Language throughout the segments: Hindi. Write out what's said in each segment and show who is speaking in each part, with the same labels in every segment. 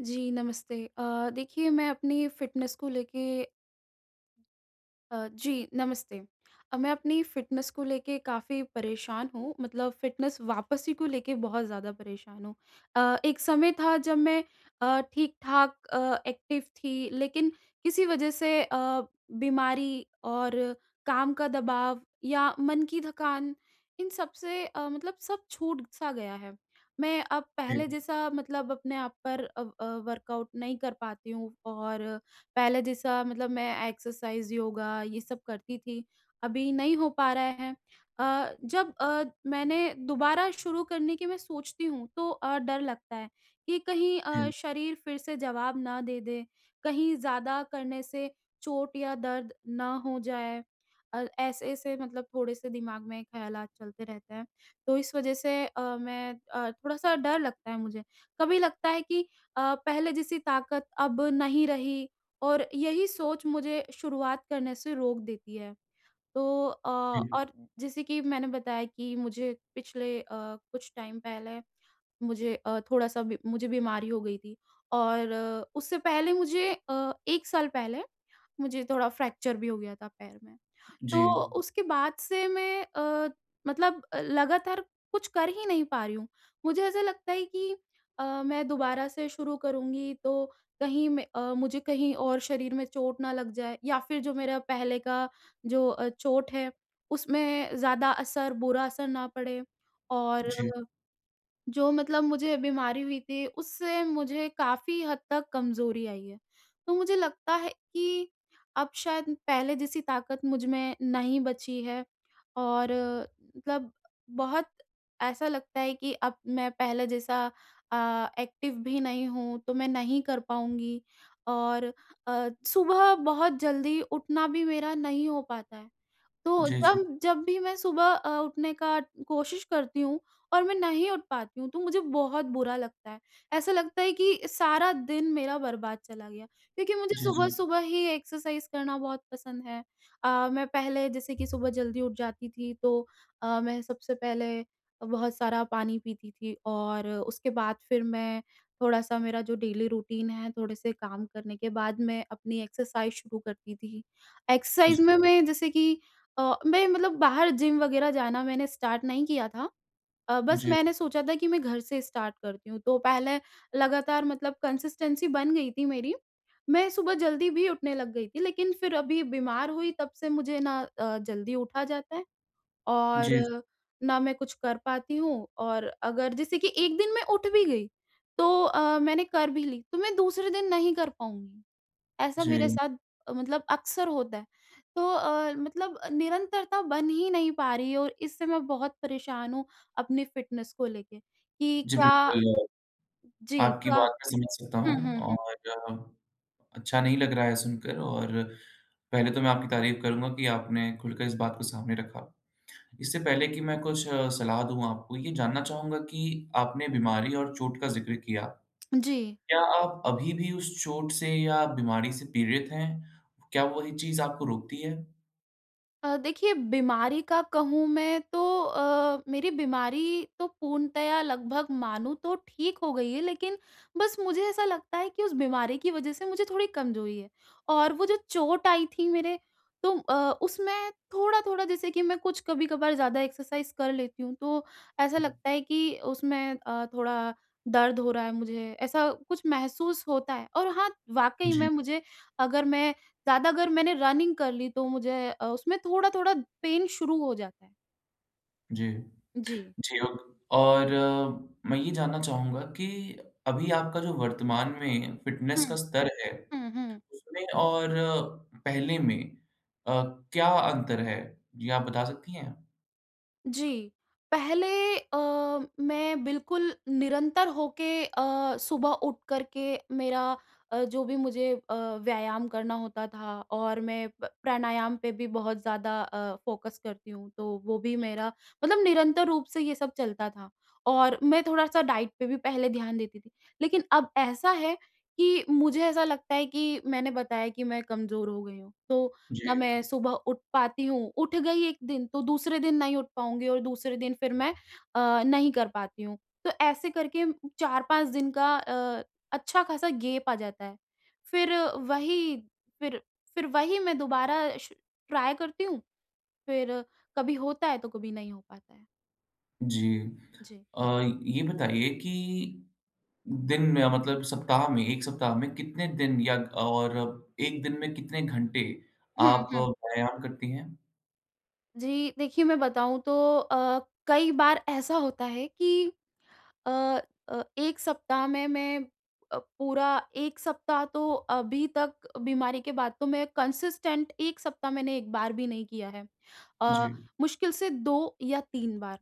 Speaker 1: जी, नमस्ते। देखिए मैं अपनी फ़िटनेस को लेके जी, नमस्ते। मैं अपनी फ़िटनेस को लेके काफ़ी परेशान हूँ, मतलब फ़िटनेस वापसी को लेके बहुत ज़्यादा परेशान हूँ। एक समय था जब मैं ठीक-ठाक एक्टिव थी, लेकिन किसी वजह से बीमारी और काम का दबाव या मन की थकान, इन सब से मतलब सब छूट-सा गया है। मैं अब
Speaker 2: जी,
Speaker 1: पहले जैसा मतलब अपने आप पर वर्कआउट नहीं कर पाती हूँ और पहले जैसा मतलब मैं एक्सरसाइज़, योगा ये सब करती थी, अभी नहीं हो पा रहा है। जब मैंने दोबारा शुरू करने की मैं सोचती हूँ तो डर लगता है कि कहीं
Speaker 2: जी,
Speaker 1: शरीर फिर से जवाब ना दे दे, कहीं ज़्यादा करने से चोट या दर्द ना हो जाए। ऐसे-ऐसे मतलब थोड़े-से दिमाग में ख़्यालात चलते रहते हैं, तो इस वज़ह से मैं थोड़ा-सा डर लगता है मुझे। कभी लगता है कि पहले जैसी ताकत अब नहीं रही और यही सोच मुझे शुरुआत करने से रोक देती है। तो अ,
Speaker 2: जी,
Speaker 1: और जैसे कि मैंने बताया कि मुझे पिछले कुछ टाइम पहले मुझे थोड़ा-सा बी मुझे बीमारी हो गई थी और उससे पहले मुझे 1 साल पहले मुझे थोड़ा फ्रैक्चर भी हो गया था पैर में।
Speaker 2: जी,
Speaker 1: तो उसके बाद से मैं लगातार कुछ कर ही नहीं पा रही हूँ। मुझे ऐसा लगता है कि मैं दोबारा से शुरू करूँगी तो कहीं मुझे कहीं और शरीर में चोट ना लग जाए या फिर जो मेरा पहले का जो चोट है उसमें ज़्यादा असर बुरा असर ना पड़े और
Speaker 2: जी,
Speaker 1: जो मतलब मुझे बीमारी हुई थी, उससे मुझे काफ़ी हद तक कमज़ोरी आई है। तो मुझे लगता है कि अब शायद पहले जैसी ताकत मुझ में नहीं बची है और मतलब बहुत ऐसा लगता है कि अब मैं पहले जैसा एक्टिव भी नहीं हूँ, तो मैं नहीं कर पाऊँगी और सुबह बहुत जल्दी उठना भी मेरा नहीं हो पाता है। तो
Speaker 2: जी, जी,
Speaker 1: जब जब भी मैं सुबह उठने का कोशिश करती हूँ और मैं नहीं उठ पाती हूँ, तो मुझे बहुत बुरा लगता है। ऐसा लगता है कि सारा दिन मेरा बर्बाद चला गया क्योंकि मुझे
Speaker 2: जी, जी,
Speaker 1: सुबह-सुबह ही एक्सरसाइज़ करना बहुत पसंद है। मैं पहले जैसे कि सुबह जल्दी उठ जाती थी तो मैं सबसे पहले बहुत सारा पानी पीती थी और उसके बाद फिर मैं थोड़ा-सा मेरा जो डेली रूटीन है, थोड़े से काम करने के बाद मैं अपनी एक्सरसाइज़ शुरू करती थी।
Speaker 2: जी,
Speaker 1: एक्सरसाइज़ में मैं जैसे कि मैं मतलब बाहर जिम वगैरह जाना मैंने स्टार्ट नहीं किया था। बस
Speaker 2: जी,
Speaker 1: मैंने सोचा था कि मैं घर से स्टार्ट करती हूँ, तो पहले लगातार मतलब कंसिस्टेंसी बन गई थी मेरी। मैं सुबह जल्दी भी उठने लग गई थी, लेकिन फिर अभी बीमार हुई तब से मुझे ना जल्दी उठा जाता है और
Speaker 2: जी,
Speaker 1: ना मैं कुछ कर पाती हूँ और अगर जैसे कि एक दिन मैं उठ भी गई, तो मैंने कर भी ली, तो मैं दूसरे दिन नहीं कर पाऊँगी। ऐसा
Speaker 2: जी,
Speaker 1: मेरे साथ मतलब अक्सर होता है। तो मतलब निरंतरता बन ही नहीं पा रही है और इससे मैं बहुत परेशान हूँ अपनी फ़िटनेस को लेके कि
Speaker 2: जी,
Speaker 1: क्या
Speaker 2: बिल्कुल,
Speaker 1: जी,
Speaker 2: आपकी
Speaker 1: क्या
Speaker 2: बात मैं समझ सकता
Speaker 1: हुँ,
Speaker 2: हूँ
Speaker 1: हुँ, हुँ।
Speaker 2: और अच्छा नहीं लग रहा है सुनकर और पहले तो मैं आपकी तारीफ़ करूँगा कि आपने खुलकर इस बात को सामने रखा। इससे पहले कि मैं कुछ सलाह दूँ आपको, ये जानना चाहूँगा कि आपने बीमारी और चोट का ज़िक्र किया,
Speaker 1: जी।
Speaker 2: क्या आप अभी भी उस चोट से या बीमारी से पीड़ित हैं? क्या वही चीज़ आपको रोकती है?
Speaker 1: देखिए बीमारी का कहूँ मैं तो मेरी बीमारी तो पूर्णतया लगभग मानूँ तो ठीक हो गई है लेकिन बस मुझे ऐसा लगता है कि उस बीमारी की वज़ह से मुझे थोड़ी कमज़ोरी है और वो जो चोट आई थी मेरे तो उसमें थोड़ा-थोड़ा जैसे कि मैं कुछ कभी-कभार ज़्यादा एक्सरसाइज़ कर लेती हूँ तो ऐसा लगता है कि उसमें थोड़ा दर्द हो रहा है मुझे, ऐसा कुछ महसूस होता है और हाँ, वाक़ई
Speaker 2: जी,
Speaker 1: में मुझे अगर मैं ज़्यादा अगर मैंने रनिंग कर ली तो मुझे उसमें थोड़ा-थोड़ा पेन शुरू हो जाता है।
Speaker 2: जी।
Speaker 1: जी।
Speaker 2: जी, ओक और मैं ये जानना चाहूँगा कि अभी आपका जो वर्तमान में फ़िटनेस का
Speaker 1: हुँ,
Speaker 2: स्तर है,
Speaker 1: हुँ, हुँ।
Speaker 2: उसमें और पहले में अ, क्या अंतर है? ये आप बता सकती हैं?
Speaker 1: जी। पहले अ, मैं बिल्कुल निरंतर होके सुबह उठ कर के मेरा जो भी मुझे व्यायाम करना होता था और मैं प प्राणायाम पे भी बहुत ज़्यादा फ़ोकस करती हूँ, तो वो भी मेरा मतलब निरंतर रूप से ये सब चलता था और मैं थोड़ा-सा डाइट पे भी पहले ध्यान देती थी। लेकिन अब ऐसा है कि मुझे ऐसा लगता है कि मैंने बताया कि मैं कमज़ोर हो गई हूँ, तो
Speaker 2: जी।
Speaker 1: ना मैं सुबह उठ पाती हूँ, उठ गई एक दिन तो दूसरे दिन नहीं उठ पाऊँगी और दूसरे दिन फिर मैं नहीं कर पाती हूँ। तो ऐसे करके 4-5 दिन का अच्छा खासा गैप आ जाता है। फिर वही फिर फिर वही मैं दोबारा श ट्राई करती हूँ, फिर कभी होता है तो कभी नहीं हो पाता है।
Speaker 2: जी।
Speaker 1: जी।
Speaker 2: अ, ये बताइए कि दिन में मतलब सप्ताह में 1 सप्ताह में कितने दिन या और 1 दिन में कितने घंटे
Speaker 1: हुँ,
Speaker 2: आप
Speaker 1: हुँ।
Speaker 2: व्यायाम करती हैं?
Speaker 1: जी, देखिए मैं बताऊँ तो अ, कई बार ऐसा होता है कि अ 1 सप्ताह में मैं पूरा 1 सप्ताह तो अभी तक बीमारी के बाद तो मैं कंसिस्टेंट 1 सप्ताह मैंने 1 बार भी नहीं किया है। अ,
Speaker 2: जी।
Speaker 1: मुश्किल से 2 या 3 बार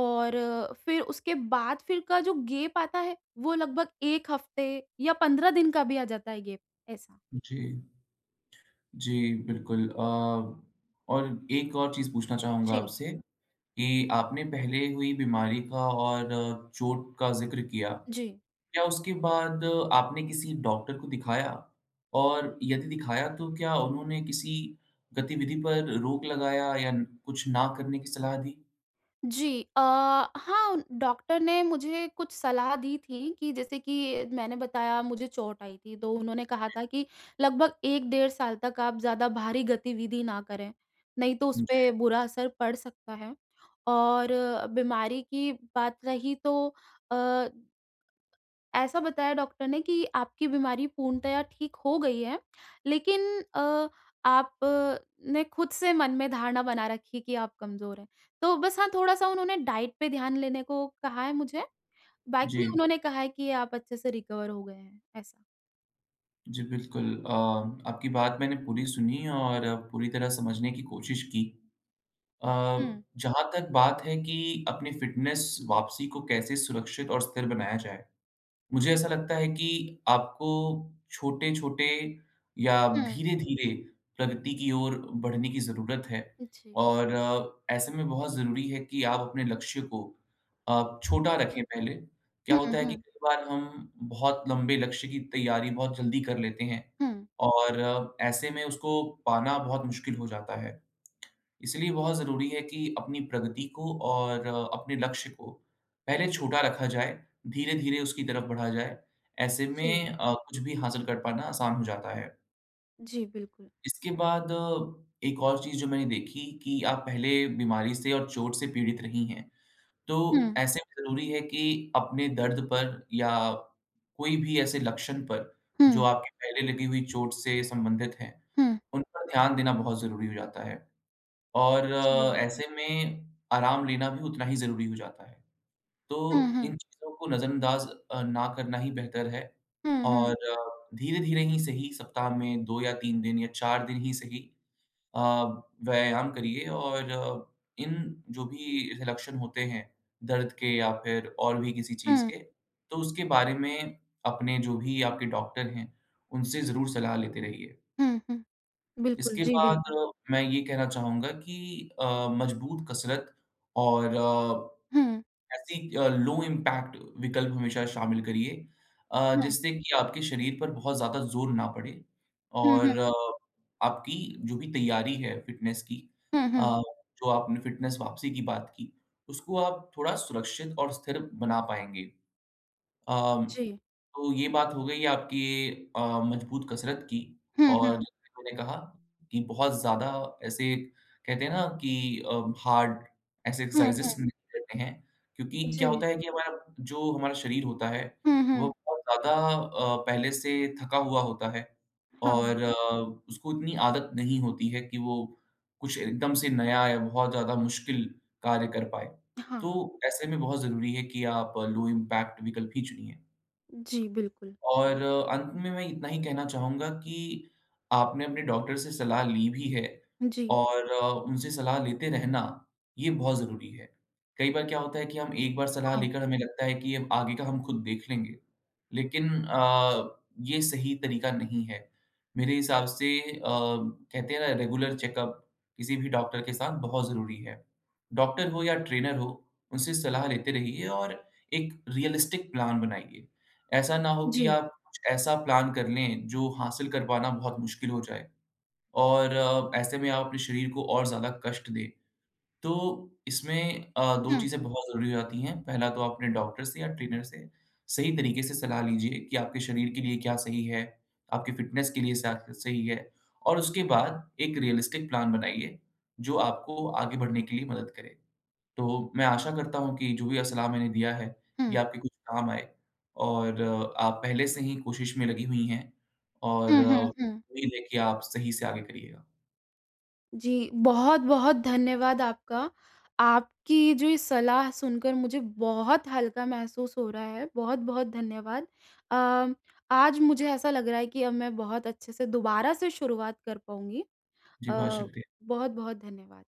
Speaker 1: और फिर उसके बाद फिर का जो गैप आता है, वो लगभग 1 हफ्ते या 15 दिन का भी आ जाता है गैप, ऐसा।
Speaker 2: जी। जी, बिल्कुल, और एक और चीज़ पूछना चाहूँगा
Speaker 1: जी,
Speaker 2: आपसे कि आपने पहले हुई बीमारी का और चोट का ज़िक्र किया।
Speaker 1: जी।
Speaker 2: क्या उसके बाद आपने किसी डॉक्टर को दिखाया? और यदि दिखाया तो क्या उन्होंने किसी गतिविधि पर रोक लगाया या कुछ ना करने की सलाह दी?
Speaker 1: जी। हाँ, डॉक्टर ने मुझे कुछ सलाह दी थी कि जैसे कि मैंने बताया मुझे चोट आई थी, तो उन्होंने कहा था कि लगभग 1 डेढ़ साल तक आप ज़्यादा भारी गतिविधि ना करें, नहीं तो उसपे
Speaker 2: जी,
Speaker 1: बुरा असर पड़ सकता है। और बीमारी की बात रही तो अ ऐसा बताया डॉक्टर ने कि आपकी बीमारी पूर्णतया ठीक हो गई है, लेकिन अ, आप ने खुद से मन में धारणा बना रखी है कि आप कमज़ोर हैं। तो बस हाँ, थोड़ा-सा उन्होंने डाइट पे ध्यान लेने को कहा है मुझे, बाकी
Speaker 2: जी,
Speaker 1: उन्होंने कहा है कि आप अच्छे से रिकवर हो गए हैं, ऐसा।
Speaker 2: जी, बिल्कुल, आपकी बात मैंने पूरी सुनी और पूरी तरह समझने की कोशिश की।
Speaker 1: हुँ,
Speaker 2: जहाँ तक बात है कि अपनी फ़िटनेस वापसी को कैसे सुरक्षित और स्थिर बनाया जाए, मुझे ऐसा लगता है कि आपको छोटे-छोटे या
Speaker 1: हुँ।
Speaker 2: धीरे-धीरे प्रगति की ओर बढ़ने की ज़रूरत है
Speaker 1: जी।
Speaker 2: और ऐसे में बहुत ज़रूरी है कि आप अपने लक्ष्य को छोटा रखें पहले। क्या
Speaker 1: हुँ,
Speaker 2: होता है कि
Speaker 1: हुँ,
Speaker 2: कई बार हम बहुत लंबे लक्ष्य की तैयारी बहुत जल्दी कर लेते हैं
Speaker 1: हुँ।
Speaker 2: और ऐसे में उसको पाना बहुत मुश्किल हो जाता है। इसलिए बहुत ज़रूरी है कि अपनी प्रगति को और अपने लक्ष्य को पहले छोटा रखा जाए, धीरे-धीरे उसकी तरफ बढ़ा जाए। ऐसे
Speaker 1: जी,
Speaker 2: में कुछ भी हासिल कर पाना आसान हो जाता है।
Speaker 1: जी, बिल्कुल।
Speaker 2: इसके बाद एक और चीज़ जो मैंने देखी कि आप पहले बीमारी से और चोट से पीड़ित रही हैं,
Speaker 1: हुँ,
Speaker 2: तो ऐसे में ज़रूरी है कि अपने दर्द पर या कोई भी ऐसे लक्षण पर जो
Speaker 1: हुँ,
Speaker 2: आपकी पहले लगी हुई चोट से संबंधित हैं,
Speaker 1: हुँ।
Speaker 2: उन पर ध्यान देना बहुत ज़रूरी हो जाता है। और
Speaker 1: जी।
Speaker 2: ऐसे में आराम लेना भी उतना ही ज़रूरी हो जाता है।
Speaker 1: हुँ,
Speaker 2: तो इन
Speaker 1: हुँ।
Speaker 2: चीज़ों को नज़रअंदाज़ ना करना ही बेहतर है
Speaker 1: हुँ,
Speaker 2: और
Speaker 1: हुँ।
Speaker 2: धीरे-धीरे ही सही सप्ताह में 2 या 3 दिन या 4 दिन ही सही अ, व्यायाम करिए और इन जो भी ऐसे लक्षण होते हैं, दर्द के या फिर और भी किसी चीज़
Speaker 1: हुँ,
Speaker 2: के, तो उसके बारे में अपने जो भी आपके डॉक्टर हैं, उनसे ज़रूर सलाह लेते रहिए।
Speaker 1: हुँ, हुँ। बिल्कुल,
Speaker 2: इसके
Speaker 1: जी,
Speaker 2: बाद
Speaker 1: बिल्कुल।
Speaker 2: मैं ये कहना चाहूँगा कि मज़बूत कसरत और
Speaker 1: हुँ, हुँ।
Speaker 2: ऐसी लो इम्पैक्ट विकल्प हमेशा शामिल करिए, जिससे कि आपके शरीर पर बहुत ज़्यादा ज़ोर ना पड़े
Speaker 1: हुँ, हुँ।
Speaker 2: और आपकी जो भी तैयारी है फ़िटनेस की,
Speaker 1: हुँ, हुँ।
Speaker 2: अ, जो आपने फ़िटनेस वापसी की बात की, उसको आप थोड़ा सुरक्षित और स्थिर बना पाएँगे। अम,
Speaker 1: जी।
Speaker 2: तो ये बात हो गई आपकी अ, मजबूत कसरत की
Speaker 1: हुँ, हुँ।
Speaker 2: और जैसे मैंने कहा कि बहुत ज़्यादा ऐसे कहते हैं ना कि हार्ड ऐसे
Speaker 1: हुँ,
Speaker 2: एक्सरसाइज़ेस
Speaker 1: हुँ।
Speaker 2: नहीं करते हैं क्योंकि क्या
Speaker 1: जी।
Speaker 2: होता है कि हमारा शरीर होता है
Speaker 1: हुँ,
Speaker 2: वो
Speaker 1: हुँ।
Speaker 2: बहुत ज़्यादा पहले से थका हुआ होता है
Speaker 1: हाँ,
Speaker 2: और उसको इतनी आदत नहीं होती है कि वो कुछ एकदम से नया या बहुत ज़्यादा मुश्किल कार्य कर पाए।
Speaker 1: हाँ।
Speaker 2: तो ऐसे में बहुत ज़रूरी है कि आप लो इम्पैक्ट विकल्प ही चुनिए।
Speaker 1: जी, बिल्कुल।
Speaker 2: और अंत में मैं इतना ही कहना चाहूँगा कि आपने अपने डॉक्टर से सलाह ली भी है
Speaker 1: जी,
Speaker 2: और उनसे सलाह लेते रहना, ये बहुत ज़रूरी है। कई बार क्या होता है कि हम एक बार सलाह
Speaker 1: हाँ।
Speaker 2: लेकर हमें लगता है कि अब आगे का हम खुद देख लेंगे, लेकिन ये सही तरीका नहीं है। मेरे हिसाब से कहते हैं ना रेगुलर चेकअप किसी भी डॉक्टर के साथ बहुत ज़रूरी है। डॉक्टर हो या ट्रेनर हो, उनसे सलाह लेते रहिए और एक रियलिस्टिक प्लान बनाइए। ऐसा ना हो कि
Speaker 1: जी।
Speaker 2: आप कुछ ऐसा प्लान कर लें जो हासिल कर पाना बहुत मुश्किल हो जाए और ऐसे में आप अपने शरीर को और ज़्यादा कष्ट दें। तो इसमें 2
Speaker 1: हुँ,
Speaker 2: चीज़ें बहुत ज़रूरी हो जाती हैं। पहला तो आप अपने डॉक्टर से या ट्रेनर से सही तरीके से सलाह लीजिए कि आपके शरीर के लिए क्या सही है, आपकी फ़िटनेस के लिए सा सही है और उसके बाद एक रियलिस्टिक प्लान बनाइए, जो आपको आगे बढ़ने के लिए मदद करे। तो मैं आशा करता हूँ कि जो भी असलाह मैंने दिया है, ये
Speaker 1: हुँ।
Speaker 2: आपके कुछ काम आए और आप पहले से ही कोशिश में लगी हुई हैं और
Speaker 1: हुँ, हुँ, हुँ।
Speaker 2: उम्मीद है कि आप सही से आगे करिएगा।
Speaker 1: जी, बहुत-बहुत धन्यवाद आपका। आपकी जो ये सलाह सुनकर मुझे बहुत हल्का महसूस हो रहा है। बहुत-बहुत धन्यवाद। अ, आज मुझे ऐसा लग रहा है कि अब मैं बहुत अच्छे से दोबारा से शुरुआत कर पाऊँगी।
Speaker 2: जी,
Speaker 1: अ,
Speaker 2: बहुत शुक्रिया।
Speaker 1: बहुत-बहुत धन्यवाद।